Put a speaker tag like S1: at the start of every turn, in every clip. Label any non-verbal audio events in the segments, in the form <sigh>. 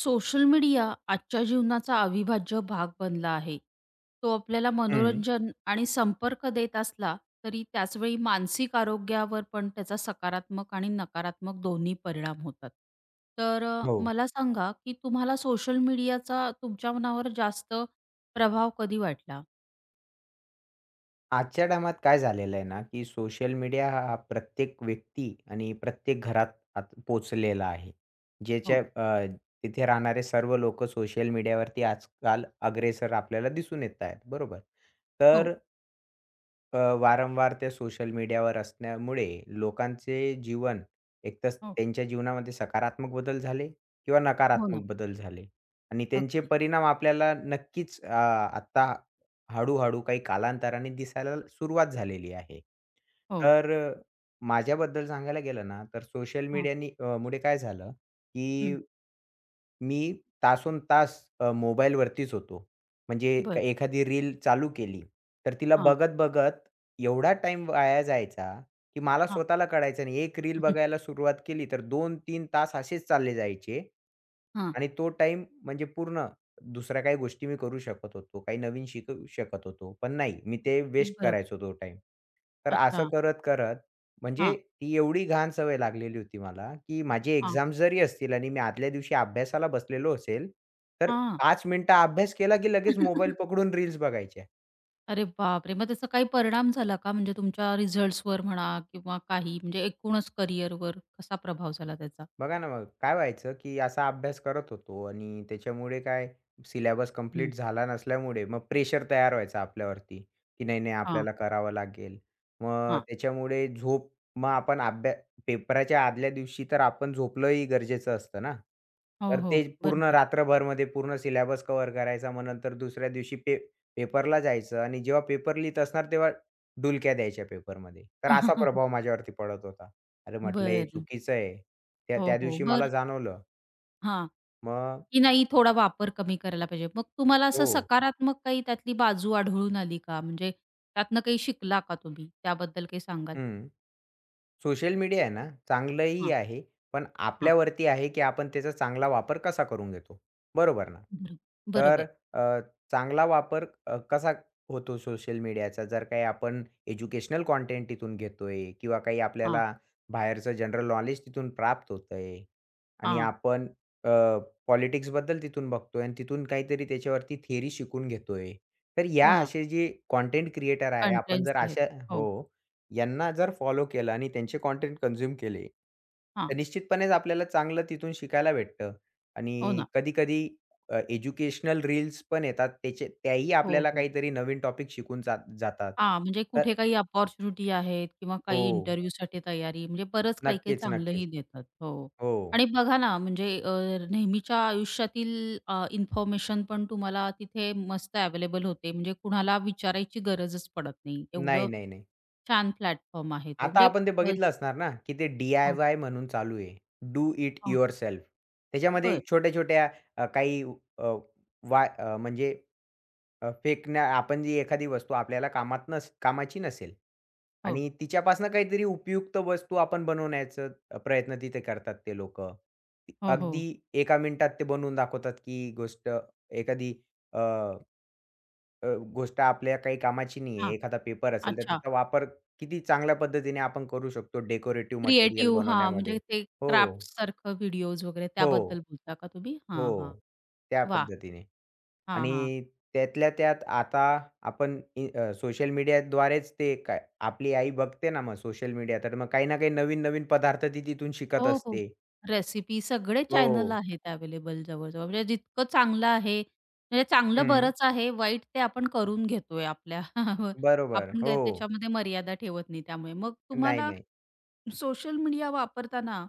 S1: Social media आजच्या जीवनाचा अविभाज्य भाग बनला आहे. तो आपल्याला
S2: हं,
S1: मनोरंजन आणि संपर्क देत असला, तरी त्याचवेळी मानसिक आरोग्यावर पण त्याचा सकारात्मक आणि नकारात्मक दोन्ही परिणाम होतात. तर
S2: हो.
S1: मला सांगा, की तुम्हाला सोशल मीडियाचा तुमच्या मनावर जास्त प्रभाव कधी वाटला?
S2: आजच्या टायमात काय झालेलं आहे ना, की सोशल मीडिया हा हा प्रत्येक व्यक्ती आणि प्रत्येक घरात आत पोहोचलेला आहे. ज्याच्या
S1: हो,
S2: तिथे राहणारे सर्व लोकं सोशल मीडियावरती आजकाल अग्रेसर आपल्याला दिसून येत आहेत, बरोबर?
S1: हो,
S2: तर वारंवार त्या सोशल मीडियावर असण्यामुळे लोकांचे जीवन एकतर
S1: हो,
S2: त्यांच्या जीवनामध्ये सकारात्मक बदल झाले किंवा
S1: हो ना.
S2: नकारात्मक बदल झाले आणि त्यांचे
S1: अगदी.
S2: परिणाम आपल्याला नक्कीच आत्ता हळू-हळू काही कालांतराने दिसायला सुरुवात झालेली आहे.
S1: हो.
S2: तर माझ्याबद्दल सांगायला गेलं ना, तर सोशल
S1: हां.
S2: मीडियानी अ, मुळे काय झालं,
S1: हं.
S2: की मी तासोनतास मोबाईलवरतीच होतो. म्हणजे
S1: बरं.
S2: एखादी रील चालू केली, तर तिला
S1: हां,
S2: बघत-बघत एवढा टाइम वाया जायचा, की मला
S1: हां.
S2: स्वतःला कळायचं नाही. एक रील
S1: <laughs>
S2: बघायला सुरुवात केली, तर दोन, तीन, तास असेच चालले जायचे
S1: हां.
S2: आणि तो टाइम म्हणजे पूर्ण दुसऱ्या काही गोष्टी मी करू शकत होतो, काही नवीन शिकू शकत होतो. पण नाही, मी ते वेस्ट
S1: बरोबर.
S2: करायचो तो टाईम. तर असं
S1: अच्छा.
S2: करत-करत
S1: हां,
S2: म्हणजे ती एवढी घाण सवय लागलेली होती मला, की माझी
S1: हां.
S2: एक्झाम जरी असतील आणि मी आदल्या दिवशी अभ्यासाला बसलेलो असेल, तर
S1: हां.
S2: 5 मिनिटं अभ्यास केला की लगेच मोबाईल
S1: <laughs>
S2: पकडून रील्स बघायच्या.
S1: अरे बापरे! मग त्याचा काही परिणाम झाला का? म्हणजे तुमच्या रिझल्ट्सवर म्हणा किंवा काही म्हणजे एकूणच करिअरवर कसा प्रभाव झाला त्याचा?
S2: बघा ना मग, काय व्हायचं, की असा अभ्यास करत होतो आणि त्याच्यामुळे काय सिलेबस
S1: हं.
S2: कंप्लीट झाला नसल्यामुळे मग प्रेशर तयार व्हायचा आपल्यावरती, की नाही, नाही
S1: हां,
S2: आपल्याला करावं लागेल. मग
S1: हां.
S2: त्याच्यामुळे झोप मग आपण अभ्या पेपराच्या आदल्या दिवशी तर आपण झोपलंही गरजेचं असतं ना.
S1: हो,
S2: तर ते
S1: हो.
S2: पूर्ण
S1: बरोबर.
S2: रात्रभरमध्ये पूर्ण सिलेबस कव्हर करायचा. मग नंतर दुसऱ्या दिवशी पेपरला जायचं आणि जेव्हा पेपर लिहीत असणार तेव्हा डुलक्या द्यायच्या पेपरमध्ये. तर असा
S1: <laughs>
S2: प्रभाव माझ्यावरती पडत होता. अरे, म्हटलं हे
S1: बरं.
S2: चुकीचं आहे. त्या
S1: हो,
S2: त्या
S1: हो.
S2: दिवशी
S1: बरं
S2: मला जाणवलं.
S1: हां.
S2: मग
S1: की नाही थोडा वापर कमी करायला पाहिजे. मग तुम्हाला असं
S2: हो.
S1: सकारात्मक काही त्यातली बाजू आढळून आली का? म्हणजे त्यातनं काही शिकला का तुम्ही? त्याबद्दल काही सांगाल?
S2: हं. सोशल मीडिया आहे ना, चांगलंही
S1: हां,
S2: आहे, पण
S1: हां.
S2: आपल्यावरती आहे, की आपण त्याचा चांगला वापर कसा करून घेतो. बरोबर ना?
S1: बरं.
S2: तर
S1: बरोबर.
S2: अ, चांगला वापर कसा होतो सोशल मीडियाचा? जर काही आपण एज्युकेशनल कंटेंट तिथून घेतोय किंवा काही
S1: हां,
S2: आपल्याला बाहेरचं जनरल नॉलेज तिथून प्राप्त होतंय आणि
S1: हां.
S2: आपण अ, पॉलिटिक्सबद्दल तिथून बघतोय आणि तिथून काहीतरी त्याच्यावरती थिअरी शिकून घेतोय. तर या
S1: हो ना.
S2: असे जे कंटेंट क्रिएटर आहे, आपण
S1: कन्टेन्ट्स
S2: जर
S1: आहेत.
S2: अशा
S1: हो.
S2: हो. यांना जर फॉलो केलं आणि त्यांचे कंटेंट कन्झ्युम केले,
S1: हां.
S2: तर निश्चितपणेच आपल्याला चांगलं तिथून शिकायला भेटतं.
S1: हो
S2: आणि
S1: ना.
S2: कधी-कधी एज्युकेशनल रील्स पण येतात त्याचे त्याही
S1: हो,
S2: आपल्याला
S1: हो.
S2: काहीतरी नवीन टॉपिक शिकून जात जातात.
S1: हां, म्हणजे
S2: तर
S1: कुठे काही अपॉर्च्युनिटी आहेत किंवा
S2: हो.
S1: काही इंटरव्ह्यूसाठी तयारी म्हणजे बरंच काही-काही
S2: नक्कीच,
S1: चांगलंही
S2: नक्कीच.
S1: देतात. हो.
S2: हो.
S1: आणि बघा ना म्हणजे नेहमीच्या आयुष्यातील इन्फॉर्मेशन पण तुम्हाला तिथे मस्त अवेलेबल होते. म्हणजे कुणाला विचारायची गरजच पडत नाही.
S2: नाही,
S1: एवढं
S2: नाही, नाही.
S1: छान प्लॅटफॉर्म आहे तो.
S2: आता
S1: म्हणजे
S2: आपण ते
S1: अ,
S2: बघितलं असणार ना, की ते
S1: हो,
S2: डी-आय-वाय म्हणून चालू आहे. डू इट
S1: हो.
S2: युअरसेल्फ. त्याच्यामध्ये
S1: बरं.
S2: छोट्या-छोट्या अ, काही अ, वाय अ, म्हणजे अ, फेकण्या आपण जी एखादी वस्तू आपल्याला कामात नस कामाची नसेल
S1: हो.
S2: आणि तिच्यापासनं काहीतरी उपयुक्त वस्तू आपण बनवण्याचं प्रयत्न तिथे करतात ते लोक
S1: हो, हो.
S2: अगदी एका मिनिटात ते बनवून दाखवतात, की गोष्ट एखादी अ, अ, गोष्ट आपल्या काही कामाची नाही
S1: हां.
S2: आहे. एखादा पेपर असेल, तर
S1: अच्छा.
S2: त्याचा वापर किती चांगल्या पद्धतीने आपण करू शकतो डेकोरेटिव्ह मटेरियल
S1: क्रिएटिव्ह हां, म्हणजे
S2: बनवण्यामध्ये.
S1: ते
S2: हो,
S1: क्राफ्टसारखं व्हिडिओज वगैरे
S2: हो,
S1: त्याबद्दल बोलता का तुम्ही? हां, हां.
S2: हो. त्या
S1: वाह!
S2: पद्धतीने.
S1: हां, हां.
S2: आणि त्यातल्या त्यात आता सोशल मीडियाद्वारेच ते काय आपली आई बघते ना मग सोशल मीडिया, तर मग काही ना काही नवीन-नवीन पदार्थ ती तिथून शिकत
S1: हो, हो.
S2: असते.
S1: रेसिपी सगळे चॅनल
S2: हो.
S1: आहेत अवेलेबल जवळ-जवळ. म्हणजे जितकं चांगलं आहे, म्हणजे चांगलं
S2: हं.
S1: बरंच आहे, वाईट ते आपण करून घेतोय आपल्या <laughs>
S2: बरोबर.
S1: आपण काय
S2: हो.
S1: त्याच्यामध्ये मर्यादा ठेवत नाही त्यामुळे. मग
S2: नाही,
S1: तुम्हाला
S2: नाही.
S1: सोशल मीडिया वापरताना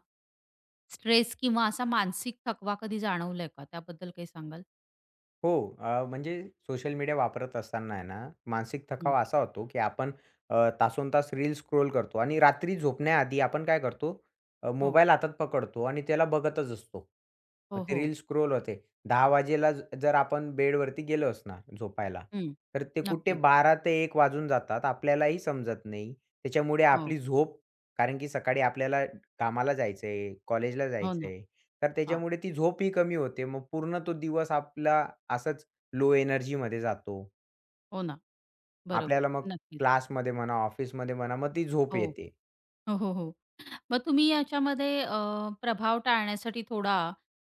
S1: स्ट्रेस किंवा असा मानसिक थकवा कधी जाणवलाय का? त्याबद्दल काही सांगाल?
S2: हो. म्हणजे सोशल मीडिया वापरत असताना आहे ना, मानसिक
S1: हं.
S2: थकाव असा होतो, की आपण तासनतास रील्स स्क्रोल करतो आणि रात्री झोपण्याआधी आपण काय करतो,
S1: हो.
S2: मोबाईल हातात पकडतो आणि त्याला बघतच असतो.
S1: हो,
S2: मग ते
S1: हो.
S2: रील्स स्क्रोल होते. 10 वाजेला जर आपण बेडवरती गेलोच ना झोपायला,
S1: हं.
S2: तर ते कुठे
S1: नक्कीच.
S2: 12 ते 1 वाजून जातात. आपल्यालाही समजत नाही. त्याच्यामुळे
S1: हो.
S2: आपली झोप कारण की सकाळी आपल्याला कामाला जायचं कॉलेजला
S1: हो
S2: जायचं
S1: ना.
S2: तर
S1: हां.
S2: त्याच्यामुळे ती झोपही कमी होते. मग पूर्ण तो दिवस आपला असाच लो एनर्जीमध्ये जातो.
S1: हो ना. बरोबर.
S2: आपल्याला मग
S1: नक्कीच.
S2: क्लासमध्ये म्हणा, ऑफिसमध्ये म्हणा, मग ती झोप
S1: हो.
S2: येते.
S1: हो, हो, हो. मग तुम्ही याच्यामध्ये प्रभाव टाळण्यासाठी थोडा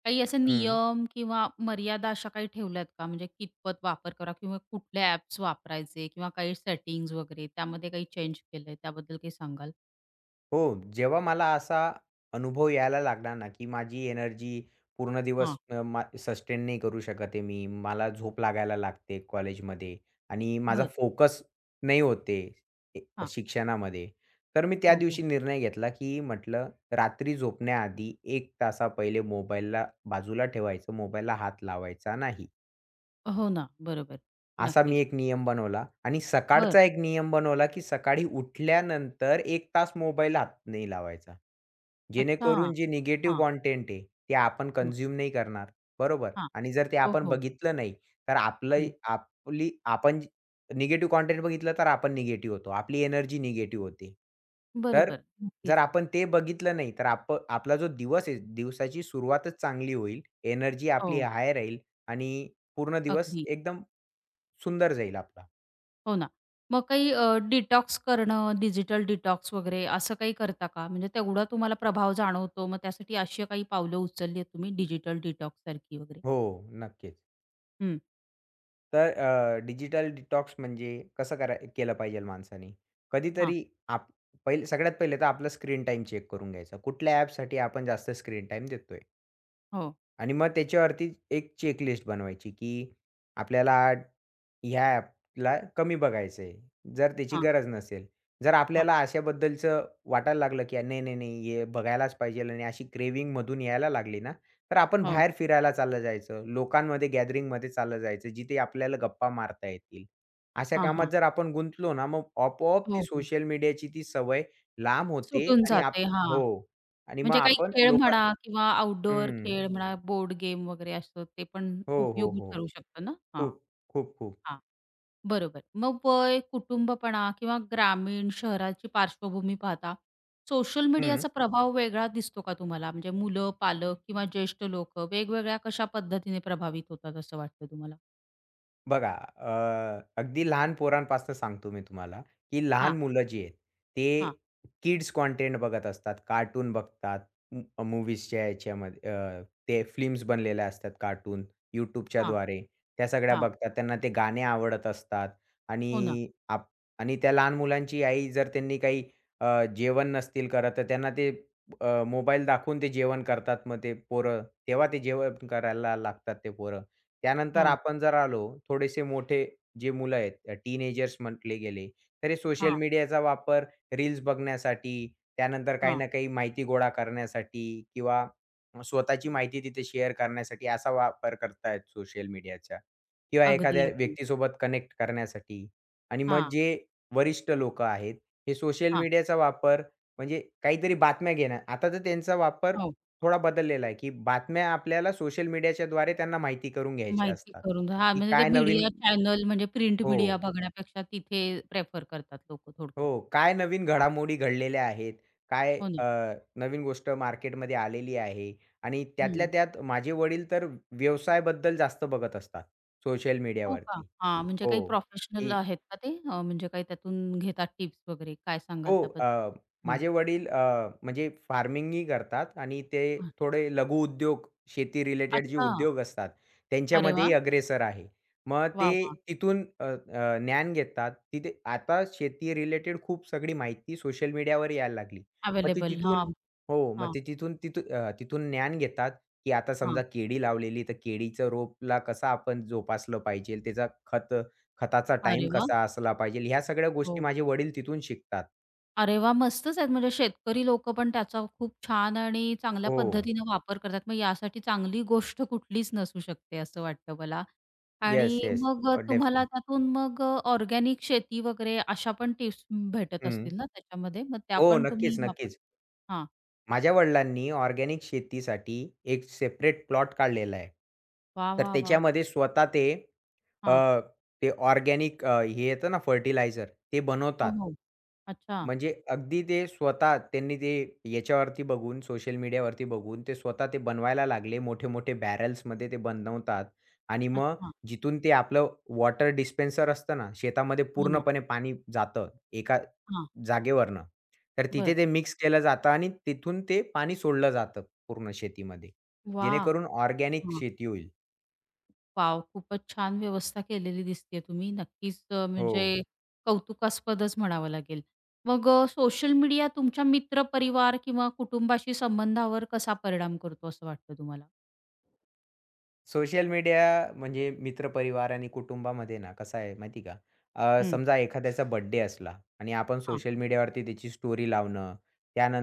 S1: काही असे
S2: हं.
S1: नियम किंवा मर्यादा अशा काही ठेवल्यात का? म्हणजे कितपत वापर करा किंवा कुठले ॲप्स वापरायचे किंवा काही सेटिंग्ज वगैरे त्यामध्ये काही चेंज केलंय त्याबद्दल काही सांगाल?
S2: हो, जेव्हा मला असा अनुभव यायला लागला ना, की माझी एनर्जी पूर्ण
S1: हां.
S2: दिवस अ, मा सस्टेन नाही करू शकत आहे मी. मला झोप लागायला लागते कॉलेजमध्ये आणि माझा
S1: बरं.
S2: फोकस नाही होते ए
S1: हां.
S2: शिक्षणामध्ये. तर मी त्या
S1: हो, हो.
S2: दिवशी निर्णय घेतला, की म्हटलं रात्री झोपण्याआधी 1 तासा पहिले मोबाईलला बाजूला ठेवायचं, मोबाईलला हात लावायचा नाही.
S1: हो ना. बरोबर.
S2: असा मी
S1: नक्कीच.
S2: एक नियम बनवला आणि
S1: बरं.
S2: सकाळचा एक नियम बनवला, की सकाळी उठल्यानंतर एक तास मोबाईल हात नाही लावायचा.
S1: अच्छा.
S2: जेणेकरून जे निगेटिव्ह
S1: हां,
S2: कंटेंट आहे, ते आपण
S1: हां,
S2: कन्झ्युम नाही करणार, बरोबर?
S1: हां.
S2: आणि जर ते
S1: हो,
S2: आपण
S1: हो.
S2: बघितलं नाही, तर आपलं
S1: हं.
S2: आपली आपण निगेटिव्ह कंटेंट बघितलं, तर आपण निगेटिव्ह होतो. आपली एनर्जी निगेटिव्ह होते. तर
S1: बरोबर. नक्कीच.
S2: जर आपण ते बघितलं नाही, तर आपला जो दिवस आहे, दिवसाची सुरुवातच चांगली होईल. एनर्जी आपली
S1: हो.
S2: हाय राहील आणि पूर्ण दिवस
S1: अगदी.
S2: एकदम सुंदर जाईल आपला.
S1: हो ना. मग काही डिटॉक्स करणं, डिजिटल डिटॉक्स वगैरे असं काही करता का? म्हणजे तेवढा तुम्हाला प्रभाव जाणवतो, मग त्यासाठी अशी काही पावलं उचलली आहेत तुम्ही डिजिटल डिटॉक्ससारखी वगैरे?
S2: हो, नक्कीच.
S1: हं.
S2: तर डिजिटल डिटॉक्स म्हणजे कसं केलं पाहिजे माणसाने?
S1: हां.
S2: कधीतरी आप सगळ्यात पहिले तर आपला स्क्रीन टाईम चेक करून घ्यायचा. कुठल्या ॲपसाठी आपण जास्त स्क्रीन टाईम देतोय
S1: हो.
S2: आणि मग त्याच्यावरती एक चेकलिस्ट बनवायची, की आपल्याला ह्या ॲपला कमी बघायचं आहे. जर त्याची
S1: हां,
S2: गरज नसेल. जर
S1: हां.
S2: आपल्याला अशाबद्दलचं वाटायला लागलं, की नाही, नाही, नाही हे बघायलाच पाहिजेल आणि अशी क्रेव्हिंग मधून यायला लागली ना, तर आपण
S1: हो.
S2: बाहेर फिरायला चाललं जायचं. लोकांमध्ये गॅदरिंगमध्ये चाललं जायचं, जिथे आपल्याला गप्पा मारता येतील. अशा
S1: हां,
S2: कामात
S1: हां.
S2: जर आपण गुंतलो ना, मग आपोआप
S1: हो,
S2: ती
S1: हो.
S2: सोशल मीडियाची ती सवय लांब होते
S1: सुटून
S2: आणि आप
S1: जाते. हां.
S2: हो. आणि मग
S1: म्हणजे काही
S2: आपण
S1: खेळ
S2: लोकां
S1: म्हणा किंवा आउटडोअर
S2: हं.
S1: खेळ म्हणा, बोर्ड गेम वगैरे असं ते पण
S2: हो, हो,
S1: उपयोगी
S2: हो.
S1: ठरू शकतं ना? हां,
S2: खूप, खूप, खूप.
S1: हां. बरोबर. मग वय, कुटुंबपणा किंवा ग्रामीण, शहराची पार्श्वभूमी पाहता सोशल
S2: हं.
S1: मीडियाचा प्रभाव वेगळा दिसतो का तुम्हाला? म्हणजे मुलं, पालक किंवा ज्येष्ठ लोकं वेगवेगळ्या कशा पद्धतीने प्रभावित होतात असं वाटतं तुम्हाला?
S2: बघा, अ, अगदी लहान पोरांपासून सांगतो मी तुम्हाला, की
S1: हां,
S2: लहान मुलं जी आहेत,
S1: हां,
S2: ते किड्स कंटेंट बघत असतात, कार्टून बघतात, मूव्हीजच्या ह्याच्यामध्ये ते फिल्म्स बनलेल्या असतात कार्टून
S1: हां,
S2: YouTubeच्याद्वारे. त्या सगळ्या
S1: हां.
S2: बघतात. त्यांना ते गाणे आवडत असतात
S1: हो ना.
S2: आणि आणि त्या लहान मुलांची आई जर त्यांनी काही जेवण नसतील करत, तर त्यांना ते मोबाईल दाखवून ते जेवण करतात. मग ते पोरं, तेव्हा ते जेवण करायला लागतात ते पोरं. त्यानंतर
S1: हो.
S2: आपण जर आलो, थोडेसे मोठे जे मुलं आहेत, टीनेजर्स म्हटले गेले, तर हे सोशल
S1: हां,
S2: मीडियाचा वापर रील्स बघण्यासाठी, त्यानंतर काही
S1: हां.
S2: ना काही माहिती गोळा करण्यासाठी किंवा स्वतःची माहिती तिथे शेअर करण्यासाठी असा वापर करतायत सोशल मीडियाचा किंवा
S1: अगदी,
S2: एखाद्या
S1: अगदी.
S2: व्यक्तीसोबत कनेक्ट करण्यासाठी. आणि मग
S1: हां,
S2: जे वरिष्ठ लोकं आहेत, हे सोशल
S1: हां.
S2: मीडियाचा वापर म्हणजे काहीतरी बातम्या घेणं. आता तर त्यांचा वापर
S1: हो.
S2: थोडा बदललेला आहे, की बातम्या आपल्याला सोशल मीडियाच्याद्वारे त्यांना माहिती करून घ्यायच्या
S1: माहिती
S2: असतात,
S1: करून हां,
S2: की
S1: म्हणजे ते
S2: काय नवीन
S1: मीडिया चॅनल म्हणजे प्रिंट
S2: हो,
S1: मीडिया बघण्यापेक्षा तिथे प्रेफर करतात लोकं थोडक्यात.
S2: हो. काय नवीन
S1: हां.
S2: घडामोडी घडलेल्या आहेत. काय
S1: हो ना.
S2: नवीन गोष्ट मार्केटमध्ये आलेली आहे आणि त्यातल्या त्यात माझे वडील तर व्यवसायाबद्दल जास्त बघत असतात सोशल
S1: हो का?
S2: मीडियावरती.
S1: हां, म्हणजे काही
S2: हो,
S1: प्रोफेशनल
S2: की
S1: आहेत का ते? म्हणजे काही त्यातून घेतात टिप्स वगैरे? काय सांगाल
S2: हो.
S1: त्याबद्दल? हं.
S2: माझे वडील म्हणजे फार्मिंगही करतात आणि ते
S1: हां.
S2: थोडे लघुउद्योग, शेती रिलेटेड जे
S1: अच्छा.
S2: उद्योग असतात,
S1: अरे वाह!
S2: त्यांच्यामध्येही अग्रेसर आहे. मग
S1: वाह,
S2: ते
S1: वाह!
S2: तिथून अ, अ, ज्ञान घेतात. तिथे आता शेती रिलेटेड खूप सगळी माहिती सोशल मीडियावर यायला लागली. मग ते
S1: अवेलेबल.
S2: तिथून
S1: हां,
S2: हो. मग
S1: हां,
S2: ते तिथून तिथून अ, तिथून ज्ञान घेतात, की आता
S1: हां.
S2: समजा केळी लावलेली, तर केळीचं रोपला कसा आपण जोपासलं पाहिजे, त्याचा खताचा टाईम
S1: अरे वाह!
S2: कसा असला पाहिजे, ह्या सगळ्या गोष्टी
S1: हो.
S2: माझे वडील तिथून शिकतात.
S1: अरे वाह! मस्तच आहेत. म्हणजे शेतकरी लोकं पण त्याचा खूप छान आणि चांगल्या
S2: हो.
S1: पद्धतीने वापर करतात. मग यासाठी चांगली गोष्ट कुठलीच नसू शकते असं वाटतं मला.
S2: येस,
S1: आणि
S2: येस.
S1: मग तुम्हाला
S2: डेफिनेट.
S1: त्यातून मग ऑर्गॅनिक शेती वगैरे अशा पण टिप्स भेटत
S2: हं.
S1: असतील ना त्याच्यामध्ये? मग त्या
S2: हो,
S1: पण तुम्ही
S2: नक्कीच,
S1: वापर
S2: नक्कीच.
S1: हां.
S2: माझ्या वडिलांनी ऑर्गॅनिक शेतीसाठी एक सेपरेट प्लॉट काढलेला आहे.
S1: वाह,
S2: तर
S1: वाह, वाह!
S2: त्याच्यामध्ये स्वतः ते
S1: हां.
S2: अ, ते ऑर्गॅनिक हे येतं ना फर्टिलायझर ते
S1: हो,
S2: बनवतात.
S1: हो. अच्छा,
S2: म्हणजे अगदी ते स्वतः त्यांनी ते याच्यावरती बघून, सोशल मीडियावरती बघून ते स्वतः ते बनवायला लागले. मोठे-मोठे बॅरल्समध्ये ते बनवतात आणि मग
S1: अच्छा.
S2: जिथून ते आपलं वॉटर डिस्पेन्सर असतं ना, शेतामध्ये
S1: हो ना.
S2: पूर्णपणे पाणी जातं एका
S1: हां.
S2: जागेवरनं. तर
S1: बरं.
S2: तिथे ते मिक्स केलं जातं आणि तिथून ते पाणी सोडलं जातं पूर्ण शेतीमध्ये.
S1: वाह!
S2: जेणेकरून ऑर्गॅनिक
S1: हां.
S2: शेती होईल.
S1: वॉव! खूपच छान व्यवस्था केलेली दिसतीये तुम्ही. नक्कीच
S2: हो.
S1: म्हणजे कौतुकास्पदच म्हणावं लागेल. मग सोशल मीडिया तुमच्या मित्र, परिवार किंवा कुटुंबाशी संबंधावर कसा परिणाम करतो असं वाटतं तुम्हाला?
S2: सोशल मीडिया म्हणजे मित्रपरिवार आणि कुटुंबामध्ये ना कसं आहे माहिती आहे का?
S1: हं.
S2: समजा एखाद्याचा बर्थडे असला आणि आपण
S1: हां.
S2: सोशल मीडियावरती त्याची स्टोरी लावणं.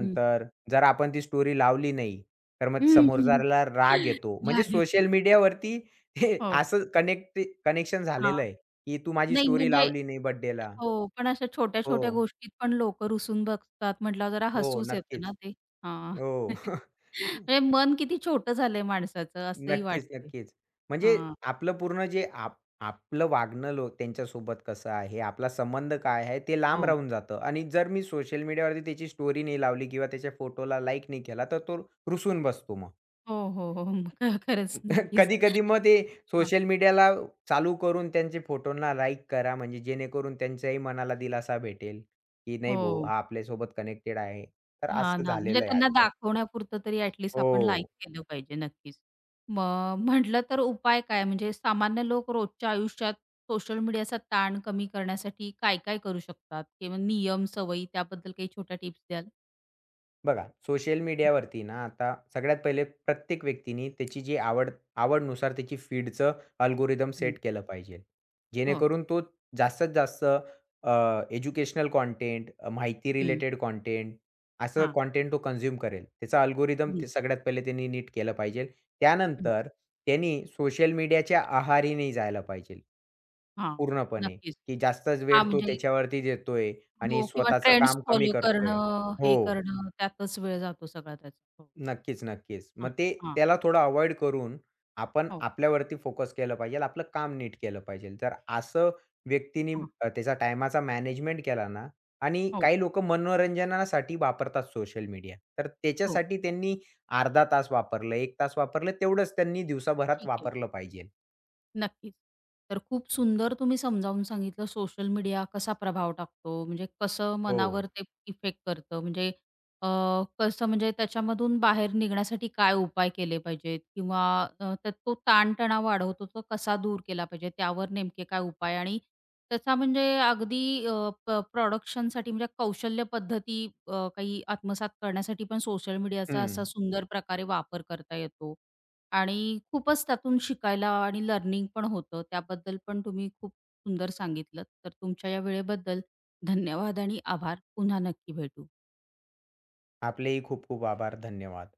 S1: हं.
S2: जर आपण ती स्टोरी लावली नाही, तर मग
S1: हं, हं.
S2: समोरच्याला राग
S1: हं.
S2: येतो. म्हणजे
S1: रागीट.
S2: सोशल मीडियावरती हे
S1: हो.
S2: असं कनेक्शन
S1: हां.
S2: झालेलं आहे, की तू माझी
S1: नाही
S2: स्टोरी
S1: म्हणजे
S2: लावली नाही बर्थडेला.
S1: हो, पण अशा
S2: हो.
S1: छोट्या-छोट्या गोष्टीत पण लोकं रुसून बघतात म्हटल्यावर जरा
S2: हो,
S1: हसूच येतं ना
S2: नक्कीच.
S1: ते. हां.
S2: हो.
S1: <laughs> म्हणजे
S2: <laughs>
S1: मन किती छोटं झालंय माणसाचं असंही
S2: नक्कीच,
S1: वाटतंय.
S2: नक्कीच. म्हणजे
S1: हां.
S2: आपलं पूर्ण जे आप आपलं वागणं त्यांच्यासोबत कसं आहे, आपला संबंध काय आहे, ते लांब
S1: हो.
S2: राहून जातं आणि जर मी सोशल मीडियावरती त्याची स्टोरी नाही लावली किंवा त्याच्या फोटोला लाइक नाही केला, तर तो रुसून बसतो मग.
S1: हो, हो, हो. म- ख खरंच
S2: <laughs>
S1: नक्कीच.
S2: कधी-कधी मग ते
S1: हां.
S2: सोशल मीडियाला चालू करून त्यांचे फोटोंना लाइक करा, म्हणजे जेणेकरून त्यांच्याही मनाला दिलासा भेटेल, की नाही भाऊ
S1: हो.
S2: हा आपल्यासोबत कनेक्टेड आहे. तर
S1: हां
S2: असं
S1: ना, म्हणजे
S2: झालेलं आहे
S1: त्यांना
S2: आजकाल.
S1: दाखवण्यापुरतं तरी ॲट लीस्ट आपण लाईक
S2: हो.
S1: केलं पाहिजे नक्कीच. मग म्हटलं तर उपाय काय? म्हणजे सामान्य लोक रोजच्या आयुष्यात सोशल मीडियाचा ताण कमी करण्यासाठी काय-काय करू शकतात? किंवा नियम, सवयी त्याबद्दल काही छोट्या टिप्स द्याल?
S2: बघा, सोशल मीडियावरती ना आता सगळ्यात पहिले प्रत्येक व्यक्तीने त्याची जी आवडनुसार त्याची फीडचं अल्गोरिदम
S1: हं,
S2: सेट केलं पाहिजे.
S1: हो,
S2: जेणेकरून तो जास्तीत जास्त एज्युकेशनल कंटेंट, माहिती
S1: हं,
S2: रिलेटेड कंटेंट असं
S1: हां,
S2: कंटेंट तो कन्झ्युम करेल. त्याचा अल्गोरिदम
S1: हं,
S2: ते सगळ्यात पहिले त्यांनी नीट केलं पाहिजे.
S1: हं,
S2: त्यानंतर त्यांनी सोशल मीडियाच्या आहारी नाही जायला पाहिजे.
S1: हां,
S2: पूर्णपणे,
S1: नक्कीच.
S2: की जास्तच
S1: हां,
S2: वेळ तो
S1: म्हणजे
S2: त्याच्यावरती देतोय
S1: हो
S2: आणि
S1: किंवा
S2: स्वतःचं
S1: ट्रेंड्स
S2: काम कमी
S1: फॉलो
S2: करतोय.
S1: करणं, हे
S2: हो.
S1: करणं त्यातच वेळ जातो सगळा त्याचा. हो,
S2: नक्कीच, नक्कीच.
S1: हां,
S2: मग ते
S1: हां,
S2: त्याला थोडं अव्हॉइड करून आपण
S1: हो,
S2: आपल्यावरती फोकस केलं पाहिजेल. आपलं काम नीट केलं पाहिजेल. तर असं व्यक्तीनी
S1: हां,
S2: त्याचा टाईमाचा मॅनेजमेंट केला ना आणि
S1: हो,
S2: काही लोकं मनोरंजनासाठी वापरतात सोशल मीडिया. तर
S1: हो,
S2: त्याच्यासाठी त्यांनी अर्धा तास वापरलं, 1 तास वापरलं तेवढंच त्यांनी दिवसाभरात
S1: ठीक आहे.
S2: वापरलं पाहिजेल.
S1: नक्कीच. तर खूप सुंदर तुम्ही समजावून सांगितलं सोशल मीडिया कसा प्रभाव टाकतो, म्हणजे कसं
S2: हो.
S1: मनावर ते इफेक्ट करतं, म्हणजे अ, कसं म्हणजे त्याच्यामधून बाहेर निघण्यासाठी काय उपाय केले पाहिजेत किंवा तर तो ताणतणाव वाढवतो तो कसा दूर केला पाहिजे, त्यावर नेमके काय उपाय आणि त्याचा म्हणजे अगदी प्रोडक्शनसाठी म्हणजे कौशल्य पद्धती काही आत्मसात करण्यासाठी पण सोशल मीडियाचा असा
S2: हं.
S1: सुंदर प्रकारे वापर करता येतो. आणि खूपच त्यातून शिकायला आणि लर्निंग पण होतं. त्याबद्दल पण तुम्ही खूप सुंदर सांगितलंत. तर तुमच्या या वेळेबद्दल धन्यवाद आणि आभार. पुन्हा नक्की भेटू.
S2: आपलेही खूप खूप आभार. धन्यवाद.